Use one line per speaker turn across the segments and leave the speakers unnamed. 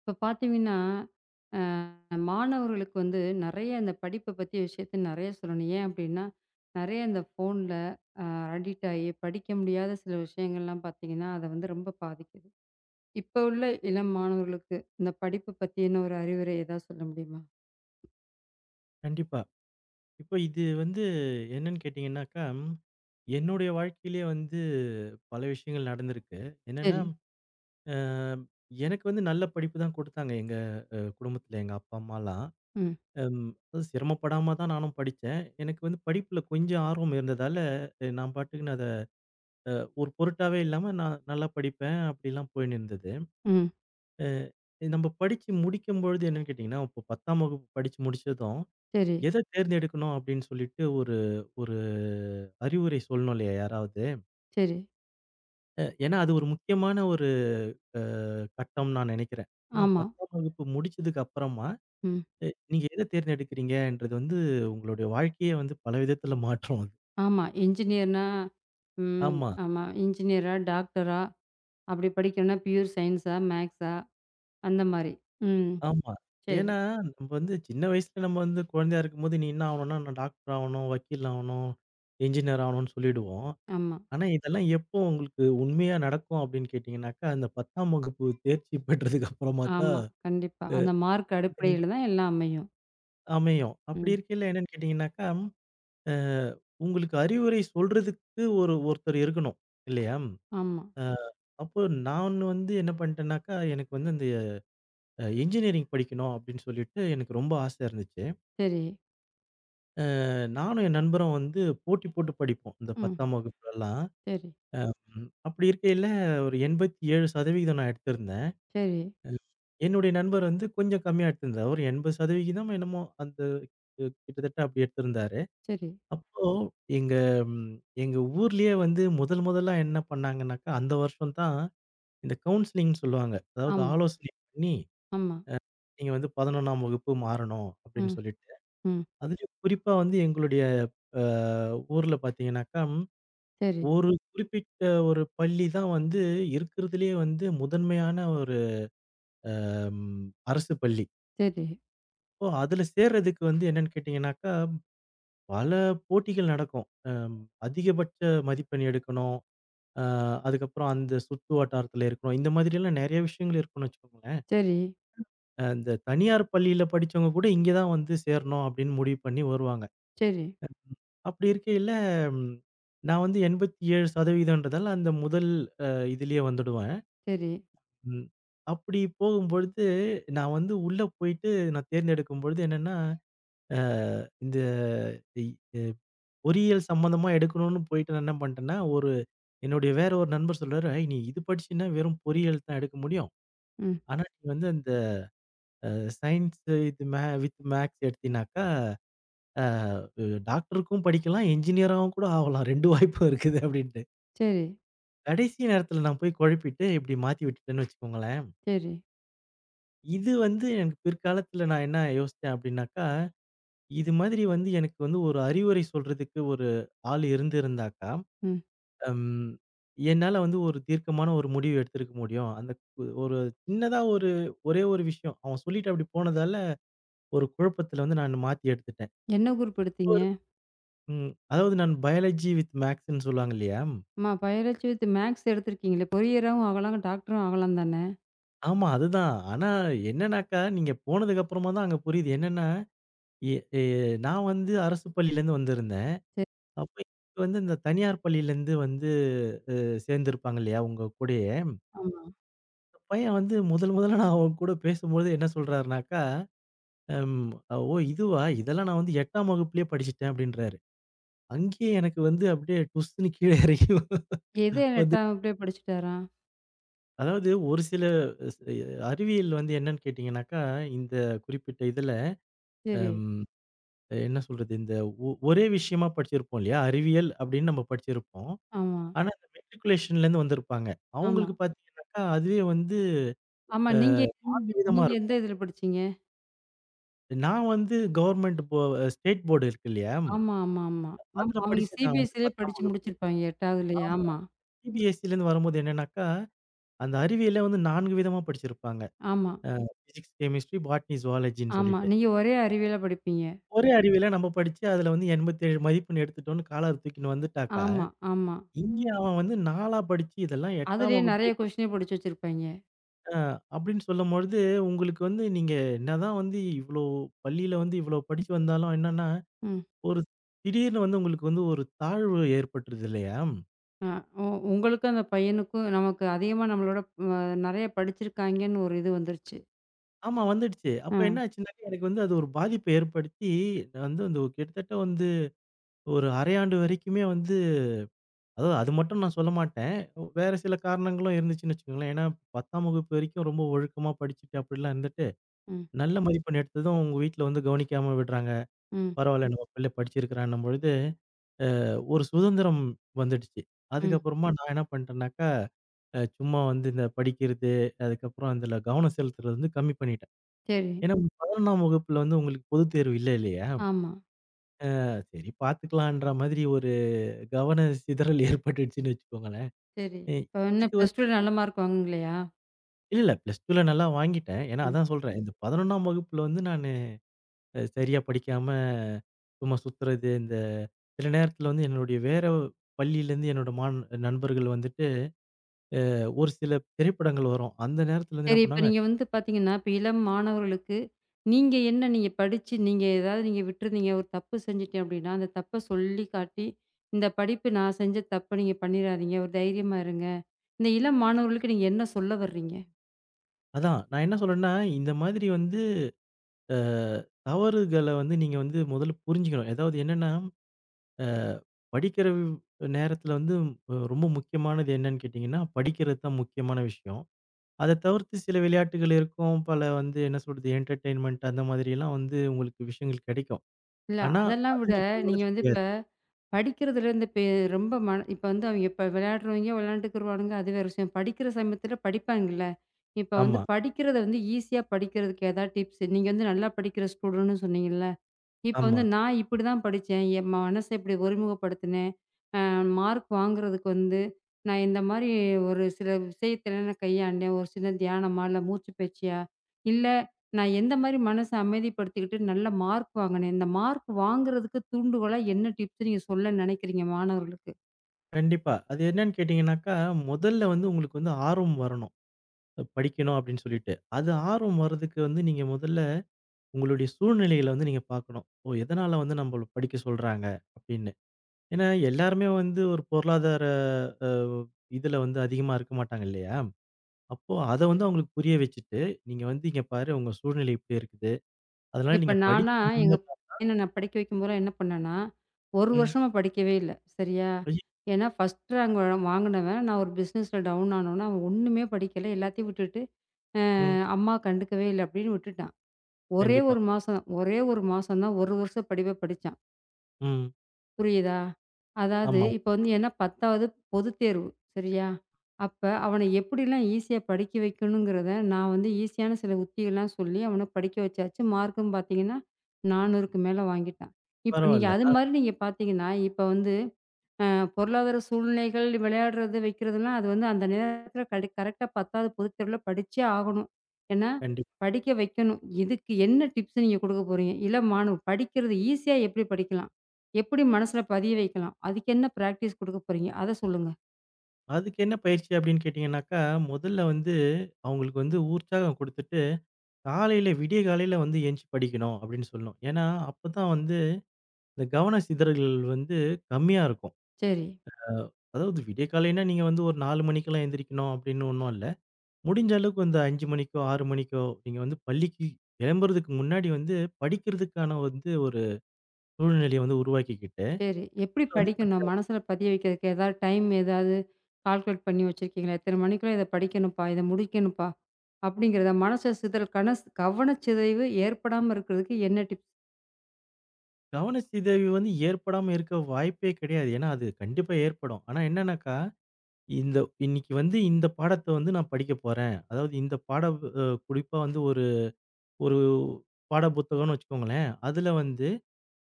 இப்ப பார்த்தீங்கன்னா, அ மாணவர்களுக்கு வந்து நெறைய இந்த படிப்ப பத்திய விஷயத்த நெறைய சொல்லணும். ஏன் அப்டின்னா, நெறைய இந்த ஃபோன்ல அ அடிக்ட் ஆகி படிக்க முடியாத சில விஷயங்கள்லாம் பார்த்தீங்கன்னா, அத வந்து ரொம்ப பாதிக்குது. இப்ப உள்ள இளம் மாணவர்களுக்கு இந்த படிப்பு பத்தின ஒரு அறிவுரை ஏதாவது சொல்ல முடியுமா?
கண்டிப்பா. இப்போ இது வந்து என்னன்னு கேட்டீங்கன்னாக்கா, என்னுடைய வாழ்க்கையிலேயே வந்து பல விஷயங்கள் நடந்திருக்கு. என்னன்னா,
சரி.
அ எனக்கு வந்து நல்ல படிப்பு தான் குடுத்தாங்க எங்க குடும்பத்தில எங்க அப்பா, அம்மாலாம்.
ம்.
அது சிரமப்படாம தான் நானும் படிச்சேன். எனக்கு வந்து படிப்புல கொஞ்சம் ஆர்வம் இருந்ததால, நான் பாட்டுக்கு நான் அத ஒரு பொருட்டாவே இல்லாம நான் நல்லா படிப்பேன். அப்படிலாம் போயின்னு இருந்தது.
ம்.
அ நம்ம படிச்சு முடிக்கும்பொழுது என்னன்னு கேட்டீங்கன்னா, இப்போ 10ஆம் வகுப்பு படிச்சு முடிச்சதும்
சரி,
எத தேர்ந்தெடுக்கணும் அப்படின்னு சொல்லிட்டு ஒரு ஒரு அறிவுரை சொல்லணும் இல்லையா யாராவது?
சரி.
ஏன்னா அது ஒரு முக்கியமான ஒரு அ கட்டம் நான் நினைக்கிறேன். ஏன்னா
ஆமா.
10ஆம் வகுப்பு முடிச்சதுக்கு அப்புறமா,
ம்.
அ நீங்க எத தேர்ந்தெடுக்கிறீங்கன்றது வந்து உங்களுடைய வாழ்க்கையே வந்து பல விதத்துல மாற்றும் அது.
ஆமா. இன்ஜினியர்னா ம்.
ஆமா,
ஆமா. இன்ஜினியரா, டாக்டரா அப்டி படிக்கணும்னா பியூர் சயன்ஸா, மேக்ஸா அந்த மாரி. ம்.
ஆமா.
சரி.
ஏன்னா நம்ம வந்து சின்ன வயசுல நம்ம வந்து குழந்தையா இருக்கும்போது, "நீ என்ன ஆவணும்னா, நான் டாக்டர் ஆவணும், வக்கீல் ஆவணும், என்ஜினியர் ஆவணும்னு" சொல்லிடுவோம்.
ஆமா,
ஆனா, இதெல்லாம் எப்போ உங்களுக்கு உண்மையா நடக்கும் அப்படின்னு கேட்டீங்கன்னாக்கா, அந்த 10ஆம் வகுப்பு தேர்ச்சி பெற்றதுக்கு அப்புறமா தான்
ஆமா. கண்டிப்பா. அந்த மார்க்
இது நீ
அடிப்படையில தான் எல்லாம் அமையும்.
அமையும்.
ம்.
அப்படி இருக்கையில என்னன்னு கேட்டீங்கன்னாக்கா, அ உங்களுக்கு அறிவுரை சொல்றதுக்கு ஒரு ஒருத்தர் இருக்கணும். இல்லையா?
ஆமா.
அ அப்போ நான் வந்து என்ன பண்ணிட்டேன்னாக்கா, எனக்கு வந்து இந்த இன்ஜினியரிங் படிக்கணும் அப்படின்னு சொல்லிட்டு எனக்கு ரொம்ப ஆசை இருந்துச்சு.
சரி.
நானும் என் நண்பரும் வந்து போட்டி போட்டு படிப்போம். இந்த
ம்.
10ஆம் வகுப்புலலாம்.
சரி,
அப்படி இருக்கையில ஒரு 87% நான் எடுத்திருந்தேன்.
சரி,
என்னுடைய நண்பர் வந்து கொஞ்சம் கம்மியா எடுத்திருந்தார். ஒரு 80% என்னமோ அந்த கிட்டத்தட்ட அப்படி எடுத்திருந்தாரு.
சரி.
அப்போ எங்க ம் எங்க ஊர்லயே வந்து முதல் முதலா என்ன பண்ணாங்கன்னாக்கா, அந்த வருஷம் தான் இந்த கவுன்சிலிங்ன்னு சொல்லுவாங்க. அதாவது
ஆமா,
ஆலோசனை பண்ணி,
ஆமா.
நீங்க வந்து 11ஆம் வகுப்பு மாறணும் அப்படின்னு
ம்,
சொல்லிட்டு.
ம்.
அதுலயும் குறிப்பா வந்து எங்களுடைய அ ஊர்ல பார்த்தீங்கன்னாக்கா,
சரி,
ஒரு குறிப்பிட்ட ஒரு பள்ளி தான் வந்து இருக்கிறதுலயே வந்து முதன்மையான ஒரு ம் அரசு பள்ளி.
சரி,
ஓ! அதுல சேர்றதுக்கு வந்து என்னன்னு கேட்டீங்கன்னாக்கா, பல போட்டிகள் நடக்கும். அதிகபட்ச மதிப்பெண் எடுக்கணும். அ அதுக்கப்புறம் அந்த சுற்று வட்டாரத்துல இருக்கணும். இந்த மாதிரியெல்லாம் நெறைய விஷயங்கள் இருக்குன்னு வச்சுக்கோங்களேன்.
சரி,
இந்த தனியார் பள்ளியில படிச்சவங்க கூட இங்க தான் வந்து சேரணும் அப்படின்னு முடிவு பண்ணி வருவாங்க.
சரி,
அப்படி இருக்கையில, ம் நான் வந்து 87% அந்த முதல் அ இதுலயே வந்துடுவேன்.
சரி.
ம். அப்படி போகும்பொழுது, நான் வந்து உள்ள போயிட்டு நான் தேர்ந்தெடுக்கும் பொழுது என்னன்னா, அ இந்த பொறியியல் சம்மந்தமா எடுக்கணும்னு போயிட்டு நான் என்ன பண்ணிட்டேன்னா, ஒரு என்னுடைய வேற ஒரு நண்பர் சொல்றாரு, "ஏய் நீ இது படிச்சீன்னா வெறும் பொறியியல் தான் எடுக்க முடியும்.
ம்.
ஆனா நீ வந்து அந்த அ சயின்ஸ் இது மே வித் மேத்ஸ் எடுத்தீனாக்கா, அ டாக்டருக்கும் படிக்கலாம், என்ஜினியராவும் கூட ஆகலாம். 2 வாய்ப்பும் இருக்குது" அப்படின்ட்டு.
சரி,
கடைசி நேரத்தில நான் போய் குழப்பிட்டு இப்படி மாத்தி விட்டுட்டேன்னு வச்சுக்கோங்களேன்.
சரி.
இது வந்து எனக்கு பிற்காலத்தில நான் என்ன யோசிச்சேன் அப்படின்னாக்கா, இது மாதிரி வந்து எனக்கு வந்து ஒரு அறிவுரை சொல்றதுக்கு ஒரு ஆள் இருந்திருந்தாக்கா
ம்.
அம். என்னால வந்து ஒரு தீர்க்கமான ஒரு முடிவு எடுத்திருக்க முடியும். அந்த ஒரு சின்னதா ஒரு ஒரே ஒரு விஷயம். அவன் சொல்லிட்டு அப்படி போனதால, ஒரு குழப்பத்துல வந்து நான் மாத்தி எடுத்துட்டேன்.
என்ன குரூப் எடுத்தீங்க?
ஒரு ம். அதாவது நான் பயாலஜி வித் மேத்ஸ்ன்னு சொல்லுவாங்க இல்லையா?
அம்மா பயாலஜி வித் மேத்ஸ் எடுத்திருக்கீங்களே! பொறியராவும் ஆகலாம், டாக்டரும் ஆகலாம் தானே!
ஆமா அதுதான். ஆனா என்னன்னாக்கா, நீங்க போனதுக்கு அப்புறமா தான் அங்க புரியுது. என்னன்னா, எ எ நான் வந்து அரசு பள்ளியிலேருந்து வந்திருந்தேன்.
சரி,
அப்ப இவங்க வந்து இந்த தனியார் பள்ளியிலேருந்து வந்து அ சேர்ந்திருப்பாங்க இல்லையா, உங்க கூடயே.
ஆமா.
பையன் வந்து முதல் முதல்ல நான் அவன் கூட பேசும்போது என்ன சொல்றாருனாக்கா அம், ஓ! இதுவா? இதெல்லாம் நான் வந்து 8ஆம் வகுப்பிலேயே படிச்சுட்டேன் அப்டின்றாரு. அங்கேயே எனக்கு வந்து அப்படியே டுஸ்ன்னு கீழ இறங்கி
எது
வந்து.
8ஆம் வகுப்புலயே படிச்சுட்டாரா?
அதாவது ஒரு சில ஸ் அறிவியல் வந்து என்னன்னு கேட்டீங்கன்னாக்கா, இந்த குறிப்பிட்ட இதுல
சரி.
அம் என்ன சொல்றது? இந்த ஒரே விஷயமா படிச்சிருப்போம் இல்லையா? அறிவியல் அப்படின்னு நம்ம படிச்சிருப்போம்.
ஆமா,
ஆனா, இந்த மெட்ரிகுலேஷன்லேருந்து வந்திருப்பாங்க.
ஆமா.
அவங்களுக்கு பார்த்தீங்கன்னாக்கா, அதுவே வந்து
ஆமா.
விதமா
நீங்க எந்த
இருக்கும்.
இதுல படிச்சீங்க?
நான் வந்து கவர்ன்மெண்ட் ஸ்டேட் போர்டு இருக்கு இல்லையா?
ஆமா, ஆமா, ஆமா. ஆமா.
அதுல
அவங்க
படிச்சேன் நான் வந்து
சிபிஎஸ்சிலயே
10ஆம்
படிச்சு
வகுப்பு.
முடிச்சிருப்பாங்க 8வதுலயே. ஆமா,
சிபிஎஸ்சிலேருந்து வரும்போது என்னன்னாக்கா, அந்த அறிவியல வந்து 4 விதமா படிச்சிருப்பாங்க.
ஆமா,
பிசிக்ஸ், கெமிஸ்ட்ரி, பாட்னி, ஜூவாலஜின்னு
ஆமா.
சொல்லிட்டு.
நீங்க ஒரே அறிவியலா படிப்பீங்க.
ஒரே அறிவியல நம்ம படிச்சு அதுல வந்து 87 மதிப்பெண் எடுத்துட்டோம்னு காலர தூக்கின்னு வந்துட்டாக்கா,
ஆமா, ஆமா.
இங்க அவன் வந்து 4 படிச்சு இதெல்லாம் 8ஆம்
அதுலயே நெறைய
வகுப்புலயே படிச்சான்
கொஸ்டினே படிச்சு வச்சிருப்பாய்ங்க.
அப்படின்னு சொல்லும்பொழுது, உங்களுக்கு வந்து நீங்க என்னதான் வந்து இவ்ளோ பள்ளியில வந்து இவ்ளோ படிச்சு வந்தாலும் என்னன்னா,
ம்.
ஒரு திடீர்னு வந்து உங்களுக்கு வந்து ஒரு தாழ்வு ஏற்பட்டுருது இல்லையா?
அ உ உங்களுக்கும் அந்த பையனுக்கும் நமக்கு அதிகமா நம்மளோட அ நெறைய படிச்சிருக்காய்ங்கன்னு ஒரு இது வந்துருச்சு.
ஆமா வந்துடுச்சு. அப்ப
ஆ.
என்ன ஆச்சுன்னாக்கா, எனக்கு வந்து அது ஒரு பாதிப்ப ஏற்படுத்தி, நான் வந்து அந்த ஒரு கிட்டத்தட்ட வந்து ஒரு அரையாண்டு வரைக்குமே வந்து அதாவது அது மட்டும் நான் சொல்ல மாட்டேன். வேற சில காரணங்களும் இருந்துச்சுன்னு வச்சுக்கோங்களேன். ஏன்னா 10ஆம் வகுப்பு வரைக்கும் ரொம்ப ஒழுக்கமா படிச்சுட்டு அப்படிலாம் இருந்துட்டு,
ம்,
நல்ல மதிப்பெண் எடுத்ததும் உங்க வீட்ல வந்து கவனிக்காம விடுறாங்க.
ம்,
பரவாயில்ல நம்ம பிள்ளை படிச்சிருக்கிறான்னும் பொழுது ஒரு சுதந்திரம் வந்துடுச்சு.
ம்.
அதுக்கப்புறமா நான் என்ன பண்ணிட்டேன்னாக்கா, சும்மா வந்து இந்த படிக்கிறது, அதுக்கப்புறம் அதுல கவனம் செலுத்துறது வந்து கம்மி பண்ணிட்டேன்.
சரி.
ஏன்னா 11ஆம் வகுப்புல வந்து உங்களுக்கு பொதுத் தேர்வு இல்ல இல்லையா?
ஆமா.
சரி பார்த்துக்கலான்ற மாதிரி ஒரு கவன சிதறல் ஏற்பட்டுடுச்சுன்னு வச்சுக்கோங்களேன்.
சரி.
எ
இப்ப என்ன
இதுக்கு
ப்ளஸ்
வந்து
2ல நல்ல மார்க் வாங்குனீங்களா?
இல்ல, இல்ல. பிளஸ் 2ல நல்லா வாங்கிட்டேன். ஏன்னா அதான் சொல்றேன். இந்த 11ஆம் வகுப்புல வந்து நானு சரியா படிக்காம, சும்மா சுத்துறது, இந்த சில நேரத்துல வந்து என்னுடைய வேற பள்ளியிலேருந்து என்னோட நண்பர்கள் வந்துட்டு ஒரு சில திரைப்படங்கள் வரும். அந்த நேரத்துல வந்து
சரி.
என்ன
இப்ப
பண்ணுவாங்க,
நீங்க வந்து பார்த்தீங்கன்னா, இப்ப இளம் மாணவர்களுக்கு நீங்க என்ன நீங்க படிச்சு, நீங்க ஏதாவது நீங்க விட்டுருந்தீங்க, ஒரு தப்பு செஞ்சுட்டேன் அப்படின்னா, அந்த தப்ப சொல்லி காட்டி, இந்த படிப்பு நான் செஞ்ச தப்ப நீங்க பண்ணிறாதீங்க. ஒரு தைரியமா இருங்க. இந்த இளம் மாணவர்களுக்கு நீங்க என்ன சொல்ல வர்றீங்க?
அதான் நான் என்ன சொல்றேன்னா, இந்த மாதிரி வந்து அ தவறுகள வந்து நீங்க வந்து முதல்ல புரிஞ்சுக்கணும். அதாவது என்னன்னா, அ படிக்கிற நேரத்துல வந்து ரொம்ப முக்கியமானது என்னன்னு கேட்டீங்கன்னா, படிக்கிறது தான் முக்கியமான விஷயம். அத தவிர்த்து சில விளையாட்டுகள் இருக்கும். பல வந்து என்ன சொல்றது, என்டர்டெயின்மென்ட் அந்த மாதிரியெல்லாம் வந்து உங்களுக்கு விஷயங்கள் கிடைக்கும்.
இல்ல
ஆனா,
அதெல்லாம்
அது
விட நீங்க
முக்கியமானது
வந்து இப்ப
கிடையாது.
படிக்கிறதுலேருந்து இப்ப ரொம்ப மன இப்ப வந்து அவிங்க இப்ப விளையாடுறவங்க விளையாண்டுக்குருவானுங்க. அது வேற விஷயம். படிக்கிற சமயத்தில படிப்பாங்கல்ல. இப்ப வந்து
ஆமா,
படிக்கிறத வந்து ஈஸியா படிக்கிறதுக்கு ஏதாவது டிப்ஸ்? நீங்க வந்து நல்லா படிக்கிற ஸ்டூடண்ட்ன்னு சொன்னீங்கல்ல. இப்ப
ஆமா.
வந்து நான் இப்படிதான் படிச்சேன். என் மனச இப்படி ஒருமுகப்படுத்தினேன். அ மார்க் வாங்குறதுக்கு வந்து நான் இந்த மாரி ஒரு சில விஷயத்துல நான் கையாண்டேன். ஒரு சின்ன தியானமா, இல்ல மூச்சு பயிற்சியா, இல்ல நான் எந்த மாரி மனச அமைதிப்படுத்திக்கிட்டு நல்ல மார்க் வாங்கினேன். இந்த மார்க் வாங்குறதுக்கு தூண்டுகோலா என்ன டிப்ஸ் நீங்க சொல்ல நினைக்கிறீங்க மாணவர்களுக்கு?
கண்டிப்பா. அது என்னன்னு கேட்டீங்கன்னாக்கா, முதல்ல வந்து உங்களுக்கு வந்து ஆர்வம் வரணும். படிக்கணும் அப்படின்னு சொல்லிட்டு. அது ஆர்வம் வரதுக்கு வந்து நீங்க முதல்ல உங்களுடைய சூழ்நிலைகள வந்து நீங்க பார்க்கணும். ஓ! எதனால வந்து நம்மள படிக்க சொல்றாங்க அப்படின்னு. ஏன்னா எல்லாருமே வந்து ஒரு பொருளாதார அ இதுல வந்து அதிகமா இருக்க மாட்டாங்க இல்லையா? அப்போ அத வந்து அவங்களுக்கு புரிய வச்சுட்டு, நீங்க வந்து இங்க பாரு உங்க சூழ்நிலை இப்படி இருக்குது. அதனால
இப்ப
நீங்க
நானா,
படிச்சு
எங்க
முன்னேற
பையன நான் படிக்க வைக்கும்போதெல்லாம் என்ன பண்ணேன்னா, 1
ம்.
வருஷமா படிக்கவே இல்ல. சரியா?
ஐய
ஏன்னா, ஃபர்ஸ்ட் ரேங்க் வாங்குனவன், நான் ஒரு பிசினஸ்ல டவுன் ஆனோனே, அவன் ஒண்ணுமே படிக்கல. எல்லாத்தையும் விட்டுட்டு,
ம்.
அம்மா கண்டுக்கவே இல்ல அப்படின்னு விட்டுட்டான். ஒரே
கண்டிப்பா.
1 மாசம், ஒரே 1 மாசம் தான் 1 வருஷ படிப்ப படிச்சான்.
ம்.
புரியுதா? அதாவது
ஆமா.
இப்ப வந்து ஏன்னா 10வது பொதுத் தேர்வு. சரியா? அப்ப அவன எப்படிலாம் ஈஸியா படிக்க வைக்கணுங்கிறத, நான் வந்து ஈஸியான சில உத்திகள்லாம் சொல்லி அவன படிக்க வச்சாச்சு. மார்க்கும் பார்த்தீங்கன்னா, 400க்கு மேல வாங்கிட்டான். இப்ப நீங்க
பரவால்ல.
அது மாரி நீங்க பார்த்தீங்கன்னா, இப்ப வந்து அ பொருளாதார சூழ்நிலைகள் விளையாடுறது, வைக்கிறதுலாம் அது வந்து அந்த நேரத்தில கடு கரெக்ட்டா 10வது பொதுத்தேர்வுல படிச்சே ஆகணும். ஏன்னா,
கண்டிப்பா.
படிக்க வைக்கணும். இதுக்கு என்ன டிப்ஸ் நீங்க குடுக்க போறீங்க? இள மாணவ படிக்கிறது ஈஸியா எப்படி படிக்கலாம்? எப்படி மனசுல பதிய வைக்கலாம்? அதுக்கு என்ன பிராக்டிஸ் குடுக்க போறீங்க? அத சொல்லுங்க.
அதுக்கு என்ன பயிற்சி அப்படின்னு கேட்டீங்கன்னாக்கா, முதல்ல வந்து அவங்களுக்கு வந்து உற்சாகம் குடுத்துட்டு, காலையில விடிய காலையில வந்து எந்திச்சு படிக்கணும் அப்படின்னு சொல்லணும். ஏன்னா, அப்பதான் வந்து இந்த கவன சிதறல்கள் வந்து கம்மியா இருக்கும்.
சரி,
அதாவது விடிய காலைன்னா நீங்க வந்து ஒரு 4 மணிக்கெல்லாம் எந்திரிக்கணும் அப்படின்னு ஒண்ணும் இல்ல. முடிஞ்ச அளவுக்கு அந்த 5 மணிக்கோ, 6 மணிக்கோ நீங்க வந்து பள்ளிக்கு கிளம்புறதுக்கு முன்னாடி வந்து படிக்கிறதுக்கான வந்து ஒரு சூழ்நிலைய வந்து உருவாக்கிக்கிட்டு,
சரி. எப்படி
அதுல வந்து
படிக்கணும்?
படிக்க
மனசுல
ஆரம்பிங்க.
பதிய வைக்கிறதுக்கு ஏதாவது டைம் ஏதாவது கால்குலேட் பண்ணி வச்சிருக்கீங்களா? இத்தன மணிக்குள்ள இத படிக்கணும்ப்பா, இத முடிக்கணும்ப்பா, அப்படிங்கிறத மனச சிதறல் கனஸ் கவனச்சிதைவு ஏற்படாம இருக்கிறதுக்கு என்ன டிப்ஸ்?
கவனச்சிதைவு வந்து ஏற்படாம இருக்க வாய்ப்பே கிடையாது. ஏன்னா, அது கண்டிப்பா ஏற்படும். ஆனா என்னன்னாக்கா, இந்த இன்னைக்கு வந்து இந்த பாடத்த வந்து நான் படிக்க போறேன். அதாவது இந்த பாட குறிப்பா வந்து ஒரு ஒரு பாட புத்தகம்னு வச்சுக்கோங்களேன். அதுல வந்து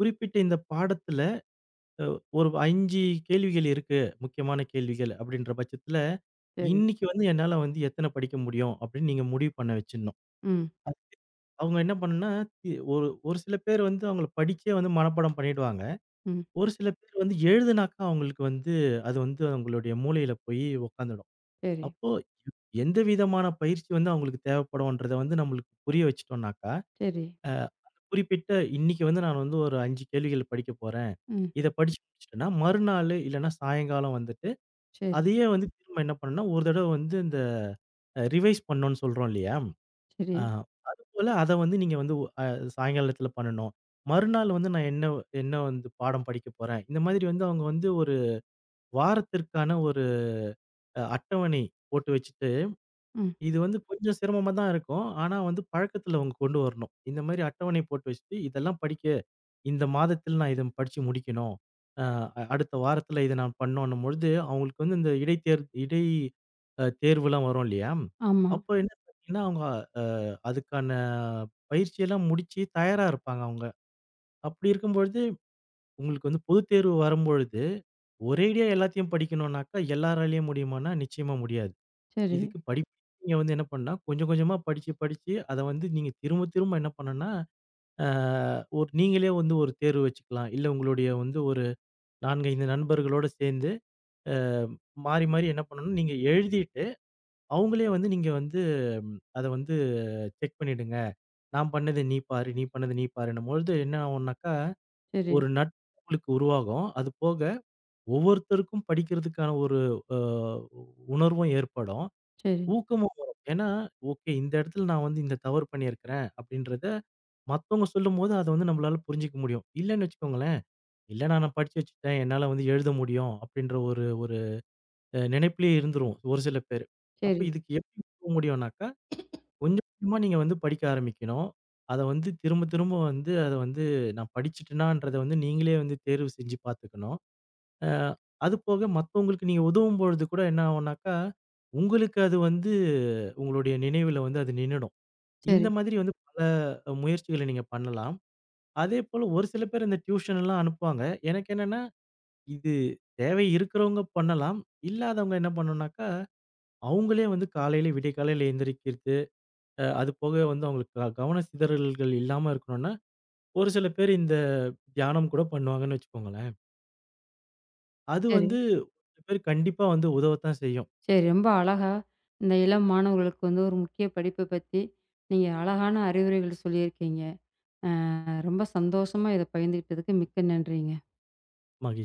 குறிப்பிட்ட இந்த பாடத்துல அ ஒரு 5 கேள்விகள் இருக்கு. முக்கியமான கேள்விகள் அப்படின்ற பட்சத்துல,
சரி.
இன்னைக்கு வந்து என்னால வந்து எத்தன படிக்க முடியும் அப்படின்னு நீங்க முடிவு பண்ண வச்சுடணும்.
ம்,
அவங்க என்ன பண்ணும்னா, தி ஒரு ஒரு சில பேர் வந்து அவங்கள படிச்சே வந்து மனப்பாடம் பண்ணிடுவாங்க.
ம்.
ஒரு சில பேர் வந்து எழுதுனாக்கா அவங்களுக்கு வந்து அது வந்து அவங்களுடைய மூளையில போய் உட்காந்துடும்.
சரி,
அப்போ எந்த விதமான பயிற்சி வந்து அவங்களுக்கு தேவைப்படும்ன்றத வந்து நம்மளுக்கு புரிய வச்சுட்டோம்னாக்கா,
சரி.
குறிப்பிட்ட இன்னைக்கு வந்து நான் வந்து ஒரு 5 கேள்விகள் படிக்க போறேன்.
ம்.
இத படிச்சு முடிச்சுட்டேன்னா, மறுநாள் இல்லன்னா சாயங்காலம் வந்துட்டு
சரி,
அதையே வந்து திரும்ப என்ன பண்ணேன்னா, ஒரு தடவ வந்து இந்த ரிவைஸ் பண்ணோம்னு சொல்றோம் இல்லையா?
சரி.
அ அதுபோல அத வந்து நீங்க வந்து ஒ அ சாயங்காலத்தில பண்ணணும். மறுநாள் வந்து நான் என்ன என்ன வந்து பாடம் படிக்க போறேன். இந்த மாதிரி வந்து அவங்க வந்து ஒரு வாரத்திற்கான ஒரு அட்டவணை போட்டு வச்சுட்டு,
ம்.
இது வந்து கொஞ்சம் சிரமமா தான் இருக்கும். ஆனா வந்து பழக்கத்தில அவங்க கொண்டு வரணும். இந்த மாரி அட்டவணை போட்டு வச்சுட்டு, இதெல்லாம் படிக்க இந்த மாதத்தில் நான் இத படிச்சு முடிக்கணும். அ அடுத்த வாரத்துல இத நான் பண்ணோன்னும் பொழுது, அவங்களுக்கு வந்து இந்த இடைத்தேர் இடை அ தேர்வுலாம் வரும் இல்லையா?
ஆமா.
அப்போ என்ன பார்த்தீங்கன்னா, அவங்க அ அதுக்கான பயிற்சியெல்லாம் முடிச்சு தயாரா இருப்பாங்க அவங்க. அப்படி இருக்கும் பொழுது, உங்களுக்கு வந்து பொதுத் தேர்வு வரும்பொழுது, ஒரேடியா எல்லாத்தையும் படிக்கணும்னாக்கா, எல்லாராலயும் முடியுமான்னா, நிச்சயமா முடியாது.
சரி,
இதுக்கு படிப்பு நீங்க வந்து என்ன பண்ணா, கொஞ்சம் கொஞ்சமா படிச்சு படிச்சு அத வந்து நீங்க திரும்ப திரும்ப என்ன பண்ணணும்னா ஆ ஒரு நீங்களே வந்து ஒரு தேர்வு வச்சுக்கலாம். இல்ல உங்களுடைய வந்து ஒரு 4, 5 நண்பர்களோட சேர்ந்து, அ மாறி, மாறி என்ன பண்ணணும்னா, நீங்க எழுதிட்டு, அவங்களே வந்து நீங்க வந்து அத வந்து செக் பண்ணிடுங்க. நான் பண்ணது நீ பாரு, நீ பண்ணது நீ பாருன்னும்பொழுது என்ன ஆகும்னாக்கா,
சரி,
ஒரு நட்பு உங்களுக்கு உருவாகும். அது போக ஒவ்வொருத்தருக்கும் படிக்கிறதுக்கான ஒரு அ உணர்வும் ஏற்படும்.
சரி,
ஊக்கமும் வரும். ஏன்னா, ஓகே இந்த இடத்துல நான் வந்து இந்த தவறு பண்ணியிருக்கிறேன், அப்படின்றத மத்தவங்க சொல்லும்போது அத வந்து நம்மளால புரிஞ்சுக்க முடியும். இல்லன்னு வச்சுக்கோங்களேன் இல்லன்னா நான் படிச்சு வச்சுட்டேன். என்னால வந்து எழுத முடியும் அப்படின்ற ஒரு ஒரு நினைப்பிலேயே இருந்துருவோம் ஒரு சில பேரு. அப்ப
சரி,
இதுக்கு எப்படி போக முடியும்னாக்கா, கொஞ்சம் கொஞ்சமா நீங்க வந்து படிக்க ஆரம்பிக்கணும். அத வந்து திரும்ப திரும்ப வந்து அத வந்து நான் படிச்சுட்டேனான்றத வந்து நீங்களே வந்து தேர்வு செஞ்சு பார்த்துக்கணும். அ அது போக மத்தவங்களுக்கு நீங்க உதவும் பொழுது கூட என்ன ஆகும்னாக்கா, உங்களுக்கு அது வந்து உங்களுடைய நினைவுல வந்து அது நின்னுடும். இந்த
சரி,
மாதிரி வந்து பல முயற்சிகள நீங்க பண்ணலாம். அதேபோல ஒரு சில பேர் இந்த டியூஷன் எல்லாம் அனுப்புவாங்க. எனக்கு என்னன்னா இது தேவை இருக்கிறவங்க பண்ணலாம். இல்லாதவங்க என்ன பண்ணணும்னாக்கா, அவங்களே வந்து காலையில விடியற்காலையில எந்திரிக்கிறது. அது போக வந்து அவங்களுக்கு கவன சிதறல்கள் இல்லாம இருக்கணும்னா, ஒரு சில பேர் இந்த தியானம் கூட பண்ணுவாங்கன்னு வச்சுக்கோங்களேன். அது
சரி,
வந்து ஒரு சில பேர் கண்டிப்பா வந்து உதவத்தான் செய்யும்.
சரி. ரொம்ப அழகா இந்த இளம் மாணவர்களுக்கு வந்து ஒரு முக்கிய படிப்ப பத்தி நீங்க அழகான அறிவுரைகள் சொல்லியிருக்கீங்க. ரொம்ப சந்தோஷமா இத பகிர்ந்துகிட்டதுக்கு மிக்க நன்றிங்க.
மகிழ்ச்சியா